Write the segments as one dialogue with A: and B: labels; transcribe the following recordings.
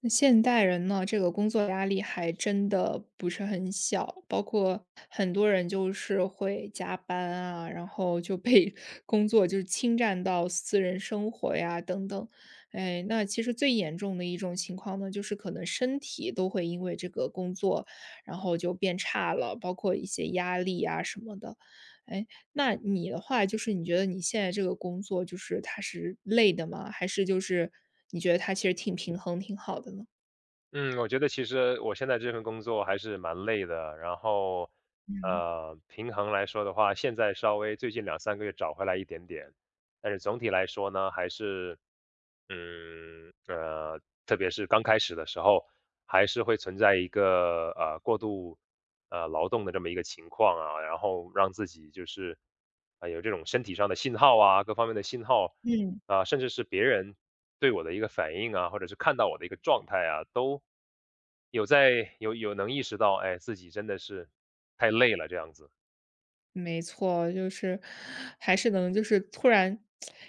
A: 那现代人呢，这个工作压力还真的不是很小，包括很多人就是会加班啊，然后就被 工作就是侵占到私人生活呀等等。哎，那其实最严重的一种情况呢，就是可能身体都会因为这个工作，然后就变差了，包括一些压力啊什么的。哎，那你的话，就是你觉得你现在这个工作，就是它是累的吗？还是就是你觉得它其实挺平衡、挺好的呢？
B: 嗯，我觉得其实我现在这份工作还是蛮累的，然后，
A: 嗯
B: 平衡来说的话，现在稍微最近两三个月找回来一点点，但是总体来说呢，还是，嗯，呃，特别是刚开始的时候，还是会存在一个过度劳动的这么一个情况啊，然后让自己就是有这种身体上的信号啊，各方面的信号。
A: 嗯，嗯
B: 啊，甚至是别人对我的一个反应啊，或者是看到我的一个状态啊，都有在有有能意识到，哎，自己真的是太累了这样子。
A: 没错，就是还是能就是突然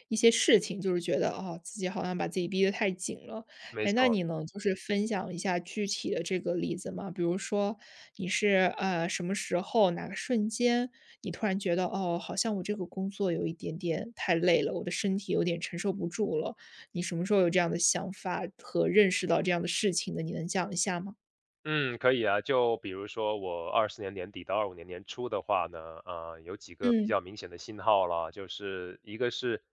A: 一些事情，就是觉得哦，自己好像把自己逼得太紧了。
B: 没
A: 哎，那
B: 错。
A: 你能就是分享一下具体的这个例子吗？比如说你是什么时候哪个瞬间，你突然觉得哦，好像我这个工作有一点点太累了，我的身体有点承受不住了。你什么时候有这样的想法和认识到这样的事情的？你能讲一下吗？
B: 嗯，可以啊。就比如说我二四年年底到二五年年初的话呢，啊，有几个比
A: 嗯
B: 较明显的信号了。就是一个是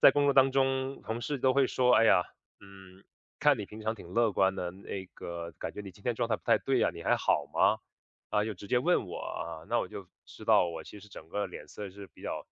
B: 在工作当中，同事都会说："哎呀，嗯，看你平常挺乐观的，那个感觉你今天状态不太对呀，你还好吗？"啊，就直接问我啊，那我就知道我其实整个脸色是比较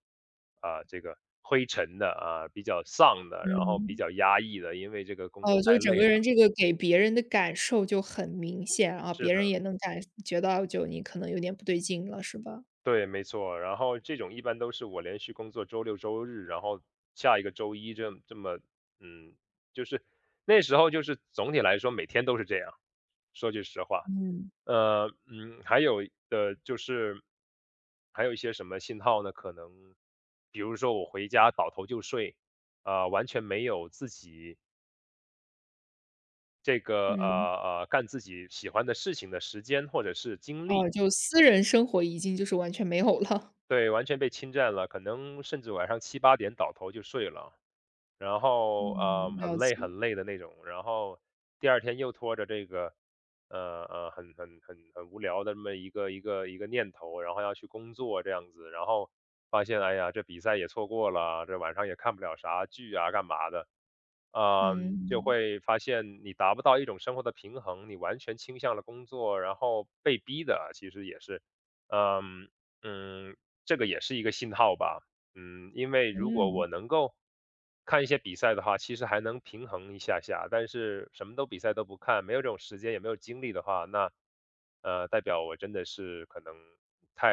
B: 这个灰沉的啊，比较丧的，然后比
A: 嗯。
B: 较压抑的，因为这个工作
A: 哦，
B: 太
A: 就整
B: 累
A: 个
B: 了。
A: 人这个给别人的感受就很明显啊，
B: 是
A: 别
B: 的。
A: 人也能感觉到，就你可能有点不对劲了，是吧？
B: 对，没错。然后这种一般都是我连续工作周六周日，然后下一个周一这么，嗯，就是那时候就是总体来说每天都是这样。说句实话，
A: 嗯。
B: 还有的就是还有一些什么信号呢？可能比如说我回家倒头就睡，啊、完全没有自己这个
A: 嗯，
B: 干自己喜欢的事情的时间或者是精力。
A: 哦，就私人生活已经就是完全没有了。
B: 对，完全被侵占了，可能甚至晚上七八点倒头就睡了。然后
A: 嗯。
B: 很
A: 了解，
B: 累很累的那种，然后第二天又拖着这个呃很无聊的这么一个念头，然后要去工作这样子，然后发现哎呀这比赛也错过了，这晚上也看不了啥剧啊干嘛的，
A: 嗯，
B: 嗯，就
A: 嗯。
B: 会发现你达不到一种生活的平衡，你完全倾向了工作，然后被逼的其实也是，嗯嗯，这个也是一个信号吧。嗯，因为如果
A: 嗯
B: 我能够看一些比赛的话，其实还能平衡一下下。但是什么都比赛都不看，没有这种时间，也没有精力的话，那代表我真的是可能太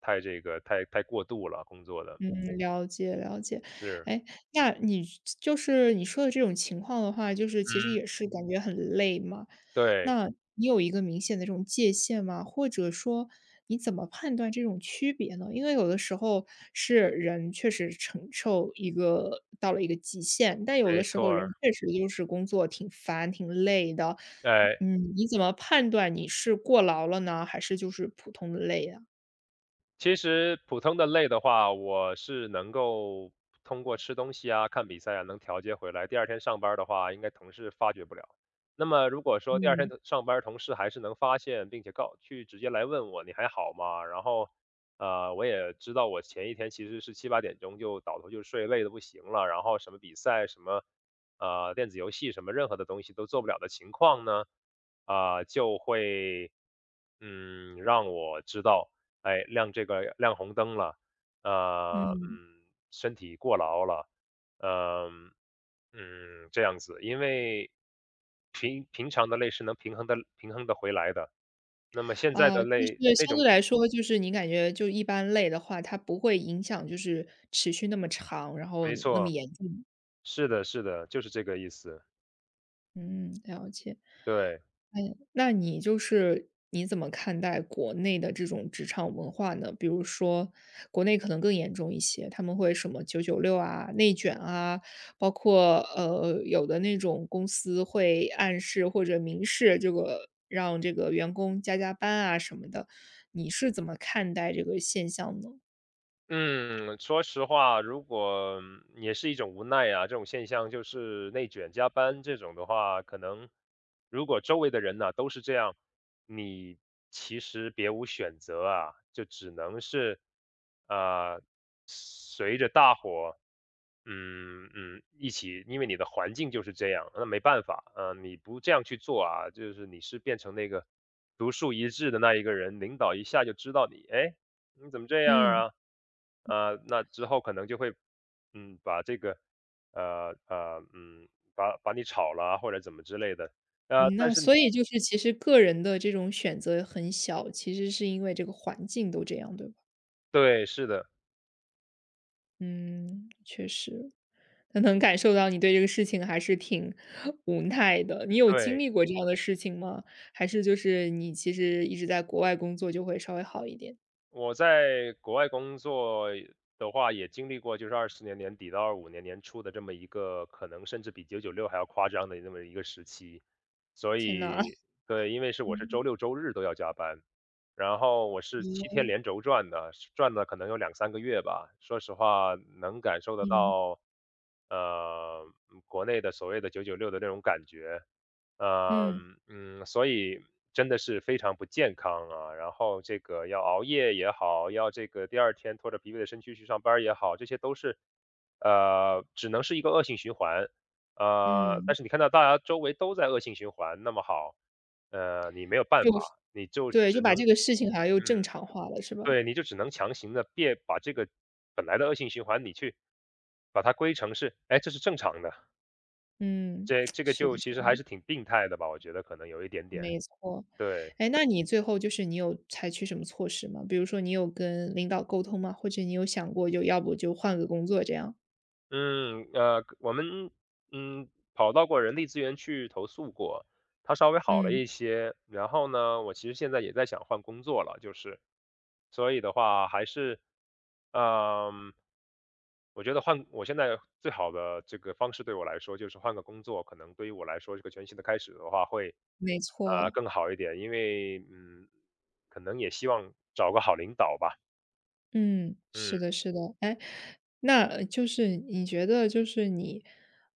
B: 太这个太过度了工作的，
A: 嗯，了解了解。
B: 是，
A: 哎，那你就是你说的这种情况的话，就是其实
B: 嗯，
A: 也是感觉很累嘛。
B: 对，
A: 那你有一个明显的这种界限吗？或者说你怎么判断这种区别呢？因为有的时候是人确实承受一个到了一个极限，但有的
B: 没
A: 时
B: 错
A: 候
B: 儿，
A: 人确实就是工作挺烦、挺累的。
B: 哎。
A: 嗯，你怎么判断你是过劳了呢，还是就是普通的累啊？
B: 其实普通的累的话，我是能够通过吃东西啊、看比赛啊，能调节回来。第二天上班儿的话，应该同事发觉不了。那么如果说第二天
A: 嗯
B: 的上班儿同事还是能发现，并且告去直接来问我你还好吗？然后，我也知道我前一天其实是七八点钟就倒头就睡，累得不行了。然后什么比赛、什么电子游戏、什么任何的东西都做不了的情况呢，就会让我知道。哎，亮这个亮红灯了，呃，
A: 嗯。
B: 嗯，身体过劳了，嗯、这样子，因为平常的累是能平衡的回来的，那么现在
A: 啊，
B: 的
A: 就
B: 累
A: 是
B: 那
A: 相
B: 种，
A: 对来说，就是你感觉就一般累的话，它不会影响就是持续那么长，然后
B: 没
A: 那么
B: 错，
A: 严重。
B: 是的，是的，就是这个意思，
A: 嗯，了解。
B: 对。
A: 哎，那你就是你怎么看待国内的这种职场文化呢？比如说，国内可能更严重一些，他们会什么九九六啊、内卷啊，包括有的那种公司会暗示或者明示这个让这个员工加班啊什么的，你是怎么看待这个现象呢？
B: 嗯，说实话，如果也是一种无奈啊，这种现象就是内卷加班这种的话，可能如果周围的人呢、都是这样，你其实别无选择啊，就只能是啊、随着大伙一起，因为你的环境就是这样，那没办法，你不这样去做啊，就是你是变成那个独树一帜的那一个人，领导一下就知道你，哎。你怎么这样
A: 嗯，
B: 啊？啊，那之后可能就会，把这个，呃呃，嗯，把你炒了啊或者怎么之类的。啊，
A: 嗯
B: 但
A: 那
B: 是
A: 所以就是其实个人的这种选择很小，其实是因为这个环境都这样，对吧？
B: 对，是的，
A: 嗯，确实，那能感受到你对这个事情还是挺 无奈的。你有经
B: 对。
A: 历过这样的事情吗？还是就是你其实一直在国外工作就会稍微好一点？
B: 我在国外工作的话，也经历过就是二四年年底到二五年年初的这么一个可能甚至比九九六还要夸张的那么一个时期。所
A: 天呐，
B: 以对，因为是我是
A: 嗯
B: 周六周日都要加班，然后我是七
A: 嗯
B: 天连轴转的，转了可能有两三个月吧。说实话能感受得到，呃，国内的所谓的九九六的那种感觉。
A: 嗯
B: 所以真的是非常不健康啊。然后这个要熬夜也好，要这个第二天拖着疲惫的身躯去上班儿也好，这些都是，只能是一个恶性循环。
A: 嗯，
B: 但是你看到大家周围都在恶性循环，那么好，你没有办
A: 就
B: 法，你就
A: 对，
B: 只
A: 就把
B: 能，
A: 这个事情好像又
B: 嗯，
A: 正常化了，是吧？
B: 对，你就只能强行的别把这个本来的恶性循环，你去把它归成是，哎，这是正常的，
A: 嗯，
B: 这 这个
A: 是的，
B: 就其
A: 是
B: 实还
A: 的。
B: 是挺病态的吧，我觉得可能有一点点，
A: 没错，
B: 对。
A: 哎，那你最后就是你有采取什么措施吗？比如说你有跟领导沟通吗？或者你有想过就要不就换个工作这样？
B: 我们嗯跑到过人力资源去投诉过，他稍微好了
A: 嗯，
B: 一些。然后呢，我其实现在也在想换工作了，就是，所以的话还是，嗯，我觉得换我现在最好的这个方式对我来说就是换个工作，可能对于我来说这个全新的开始的话会
A: 没错。
B: 更好一点，因为嗯，可能也希望找个好领导吧，
A: 嗯，
B: 嗯。
A: 是的，是的。哎，那就是你觉得就是你，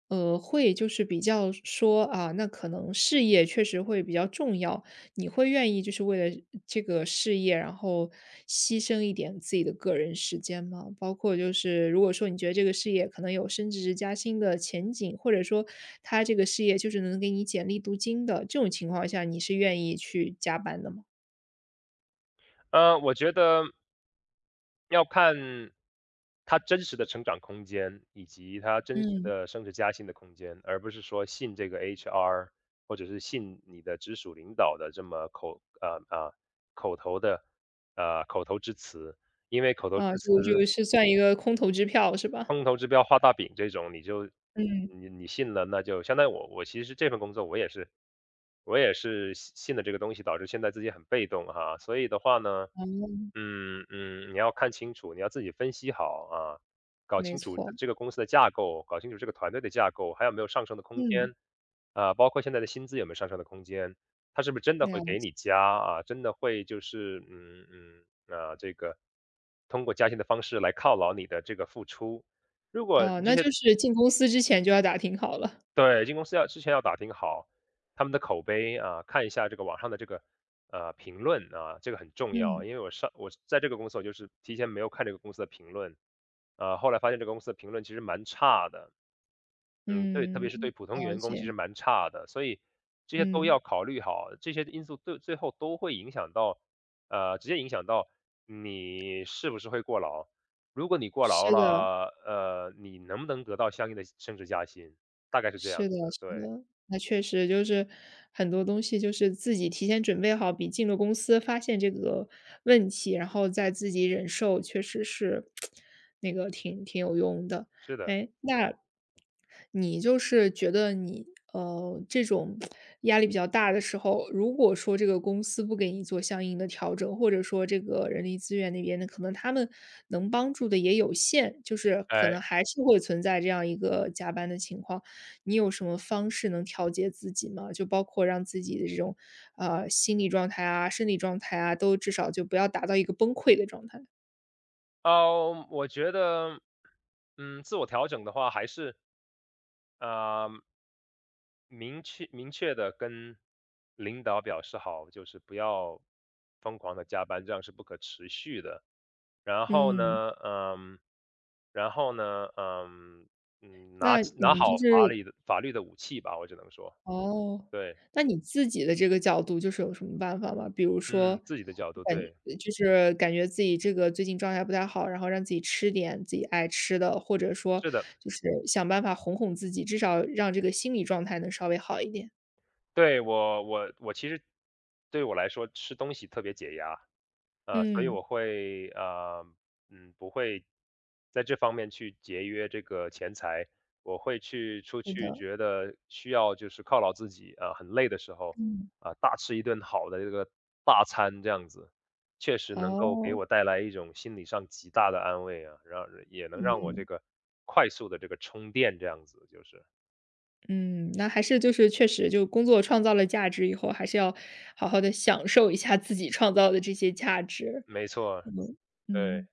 A: 会就是比较说啊，那可能事业确实会比较重要，你会愿意就是为了这个事业，然后牺牲一点自己的个人时间吗？包括就是如果说你觉得这个事业可能有升职加薪的前景，或者说他这个事业就是能给你简历镀金的这种情况下，你是愿意去加班的吗？
B: 我觉得要看他真实的成长空间，以及他真实
A: 嗯。
B: 的升职加薪的空间，而不是说信这个 HR 或者是信你的直属领导的这么口啊啊、口头的口头之词，因为口头
A: 啊，
B: 之词、
A: 就是算一个空头支票是吧？
B: 空头支标、画大饼这种，你就
A: 嗯，
B: 你信了，那就相当于我其实这份工作我也是信了这个东西，导致现在自己很被动哈，所以的话呢。你要看清楚，你要自己分析好啊，搞
A: 没
B: 清楚
A: 错，
B: 这个公司的架构，搞清楚这个团队的架构，还有没有上升的空
A: 嗯，
B: 间啊，包括现在的薪资有没有上升的空间，他是不是真的
A: 了
B: 会给
A: 解，
B: 你加啊？真的会就是啊，这个通过加薪的方式来犒劳你的这个付出。如果
A: 哦，
B: 你这
A: 那
B: 些
A: 就是进公司之前就要打听好了。
B: 对，进公司要之前要打听好他们的口碑啊，看一下这个网上的这个评论啊，这个很重要。
A: 嗯，
B: 因为我在这个公司，我就是提前没有看这个公司的评论，后来发现这个公司的评论其实蛮差的，嗯，对，特
A: 嗯，
B: 别是对普通
A: 了
B: 员工其
A: 解，
B: 实蛮差的，所以这些都
A: 嗯，
B: 要考虑好，这些因素最后都会影响到，直接影响到你是不是会过劳。如果你过劳
A: 是的，
B: 了，你能不能得到相应的升职加薪，大概是这样
A: 是的，
B: 子。
A: 是
B: 对，
A: 的，那确实就是很多东西就是自己提前准备好，比进了公司发现这个问题，然后再自己忍受，确实是 那个挺有用的。
B: 是的，
A: 哎，那你就是觉得你这种压力比较大的时候，如果说这个公司不给你做相应的调整，或者说这个人力资源那边的可能他们能帮助的也有限，就是可
B: 哎，
A: 能还是会存在这样一个加班的情况。你有什么方式能调节自己吗？就包括让自己的这种心理状态啊、生理状态啊，都至少就不要达到一个崩溃的状态。
B: 哦，我觉得，自我调整的话，还是，呃，明确的跟领导表示好，就是不要疯狂的加班，这样是不可持续的。然后
A: 嗯，
B: 呢，嗯，然后呢，嗯，拿
A: 那
B: 起拿
A: 你就
B: 好法
A: 是
B: 理的法律的武器吧，我只能说，
A: 哦，
B: 对，
A: 那你自己的这个角度就是有什么办法吗？比如
B: 嗯，
A: 说，
B: 自己的角度，对，
A: 感觉自己这个最近状态不太好，然后让自己吃点自己爱吃的，或者说
B: 是的。
A: 就是想办法哄哄自己，至少让这个心理状态能稍微好一点。
B: 对，我其实对我来说吃东西特别解压，所以
A: 嗯，
B: 我会嗯，不会在这方面去节约这个钱财，我会去出
A: 是
B: 去
A: 的，
B: 觉得需要就是犒劳自己啊，很累的时候
A: 嗯，
B: 啊，大吃一顿好的这个大餐这样子，确实能够给
A: 哦，
B: 我带来一种心理上极大的安慰啊，让也能让我
A: 嗯
B: 这个快速的这个充电这样子，就是
A: 嗯，那还是就是确实就工作创造了价值以后，还是要好好的享受一下自己创造的这些价值。
B: 没错，
A: 嗯，
B: 对，
A: 嗯。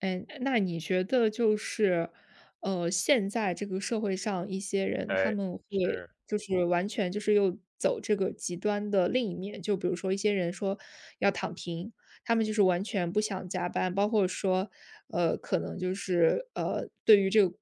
A: 嗯，那你觉得就是，现在这个社会上一些人，他
B: 哎，
A: 们会
B: 是。
A: 就是完全就是又走这个极端的另一面，就比如说一些人说要躺平，他们就是完全不想加班，包括说，呃，可能就是呃，对于这个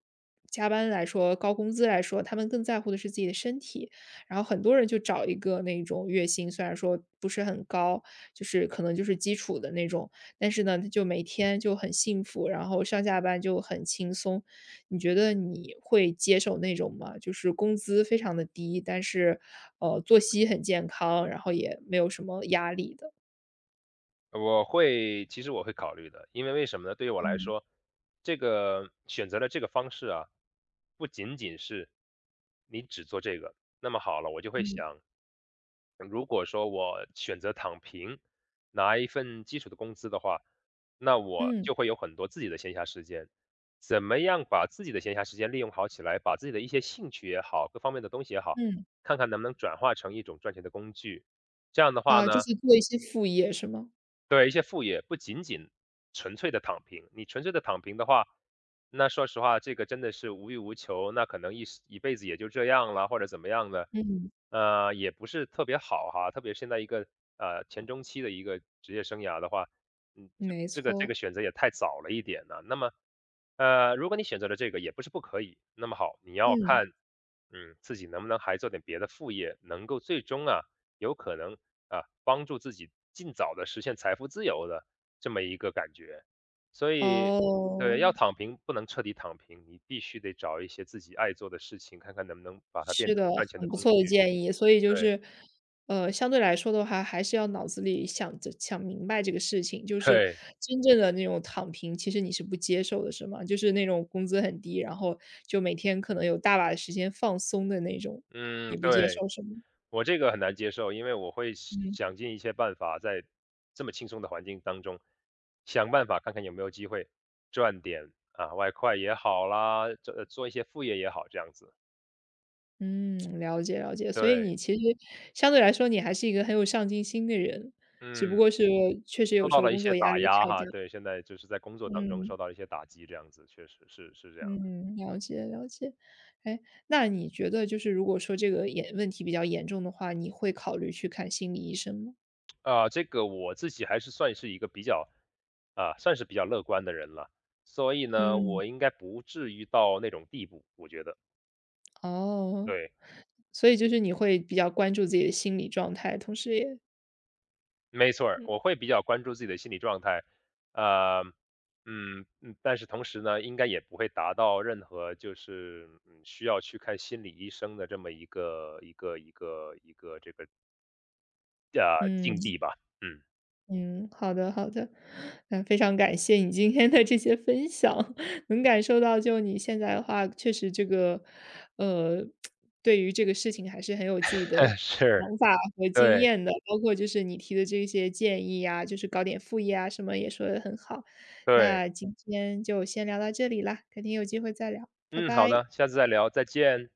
A: 加班来说，高工资来说，他们更在乎的是自己的身体，然后很多人就找一个那种月薪，虽然说不是很高，就是可能就是基础的那种。但是呢，他就每天就很幸福，然后上下班就很轻松。你觉得你会接受那种吗？就是工资非常的低，但是，作息很健康，然后也没有什么压力的。
B: 其实我会考虑的，因为为什么呢？对于我来
A: 嗯
B: 说，这个选择了这个方式啊，不仅仅是你只做这个，那么好了，我就会
A: 嗯
B: 想，如果说我选择躺平，拿一份基础的工资的话，那我
A: 嗯
B: 就会有很多自己的闲暇时间。怎么样把自己的闲暇时间利用好起来，把自己的一些兴趣也好，各方面的东西也好，
A: 嗯，
B: 看看能不能转化成一种赚钱的工具。这样的话
A: 啊，就
B: 呢，
A: 是做一些副业是吗？
B: 对，一些副业，不仅仅纯粹的躺平。你纯粹的躺平的话，那说实话，这个真的是无欲无求，那可能一时一辈子也就这样了，或者怎么样的，
A: 嗯，
B: 也不是特别好哈。特别现在一个，前中期的一个职业生涯的话，嗯，这
A: 没
B: 这个这
A: 错，
B: 个选择也太早了一点呢。那么，如果你选择了这个也不是不可以，那么好，你要
A: 嗯，
B: 看，嗯，自己能不能还做点别的副业，能够最终啊有可能啊，帮助自己尽早的实现财富自由的这么一个感觉。所以对，
A: 哦。
B: 要躺平不能彻底躺平，你必须得找一些自己爱做的事情，看看能不能把它变
A: 是
B: 成
A: 的，
B: 赚钱的
A: 很不
B: 工
A: 错的
B: 具。
A: 建议。所以就
B: 对，
A: 是，相对来说的话，还是要脑子里想着想明白这个事情，就是
B: 对，
A: 真正的那种躺平，其实你是不接受的，是吗？就是那种工资很低，然后就每天可能有大把的时间放松的那种，你
B: 嗯，
A: 不接
B: 对，
A: 受是吗？
B: 我这个很难接受，因为我会
A: 嗯
B: 想尽一切办法，在这么轻松的环境当中，想办法看看有没有机会赚点啊外快也好啦，做做一些副业也好，这样子。
A: 嗯，了解了解。所以
B: 对，
A: 你其实相对来说，你还是一个很有上进心的人，只不
B: 嗯。
A: 过是确实
B: 受
A: 有时
B: 到
A: 候
B: 了一
A: 工
B: 些
A: 作压
B: 打
A: 力
B: 压
A: 太大，
B: 哈，对，现在就是在工作当中
A: 嗯。
B: 受到了一些打击，这样子确实是这样的
A: 嗯，了解了解。哎，那你觉得就是如果说这个严问题比较严重的话，你会考虑去看心理医生吗？
B: 啊，这个我自己还是算是一个比较，啊，算是比较乐观的人了，所以呢，
A: 嗯，
B: 我应该不至于到那种地步，我觉得。
A: 哦，
B: 对，
A: 所以就是你会比较关注自己的心理状态，同时也
B: 没错儿，
A: 嗯
B: 我会比较关注自己的心理状态，呃，但是同时呢，应该也不会达到任何就是需要去看心理医生的这么一个这个境
A: 嗯。
B: 地吧，嗯。
A: 嗯，好的好的，嗯，非常感谢你今天的这些分享，能感受到就你现在的话，确实这个，呃，对于这个事情还是很有自己的
B: 是，
A: 想法和经
B: 对，
A: 验的，包括就是你提的这些建议啊，就是搞点副业啊什么也说的很好。
B: 对。
A: 那今天就先聊到这里啦，肯定有机会再聊，拜
B: 嗯，好
A: 拜。
B: 的，下次再聊，再见。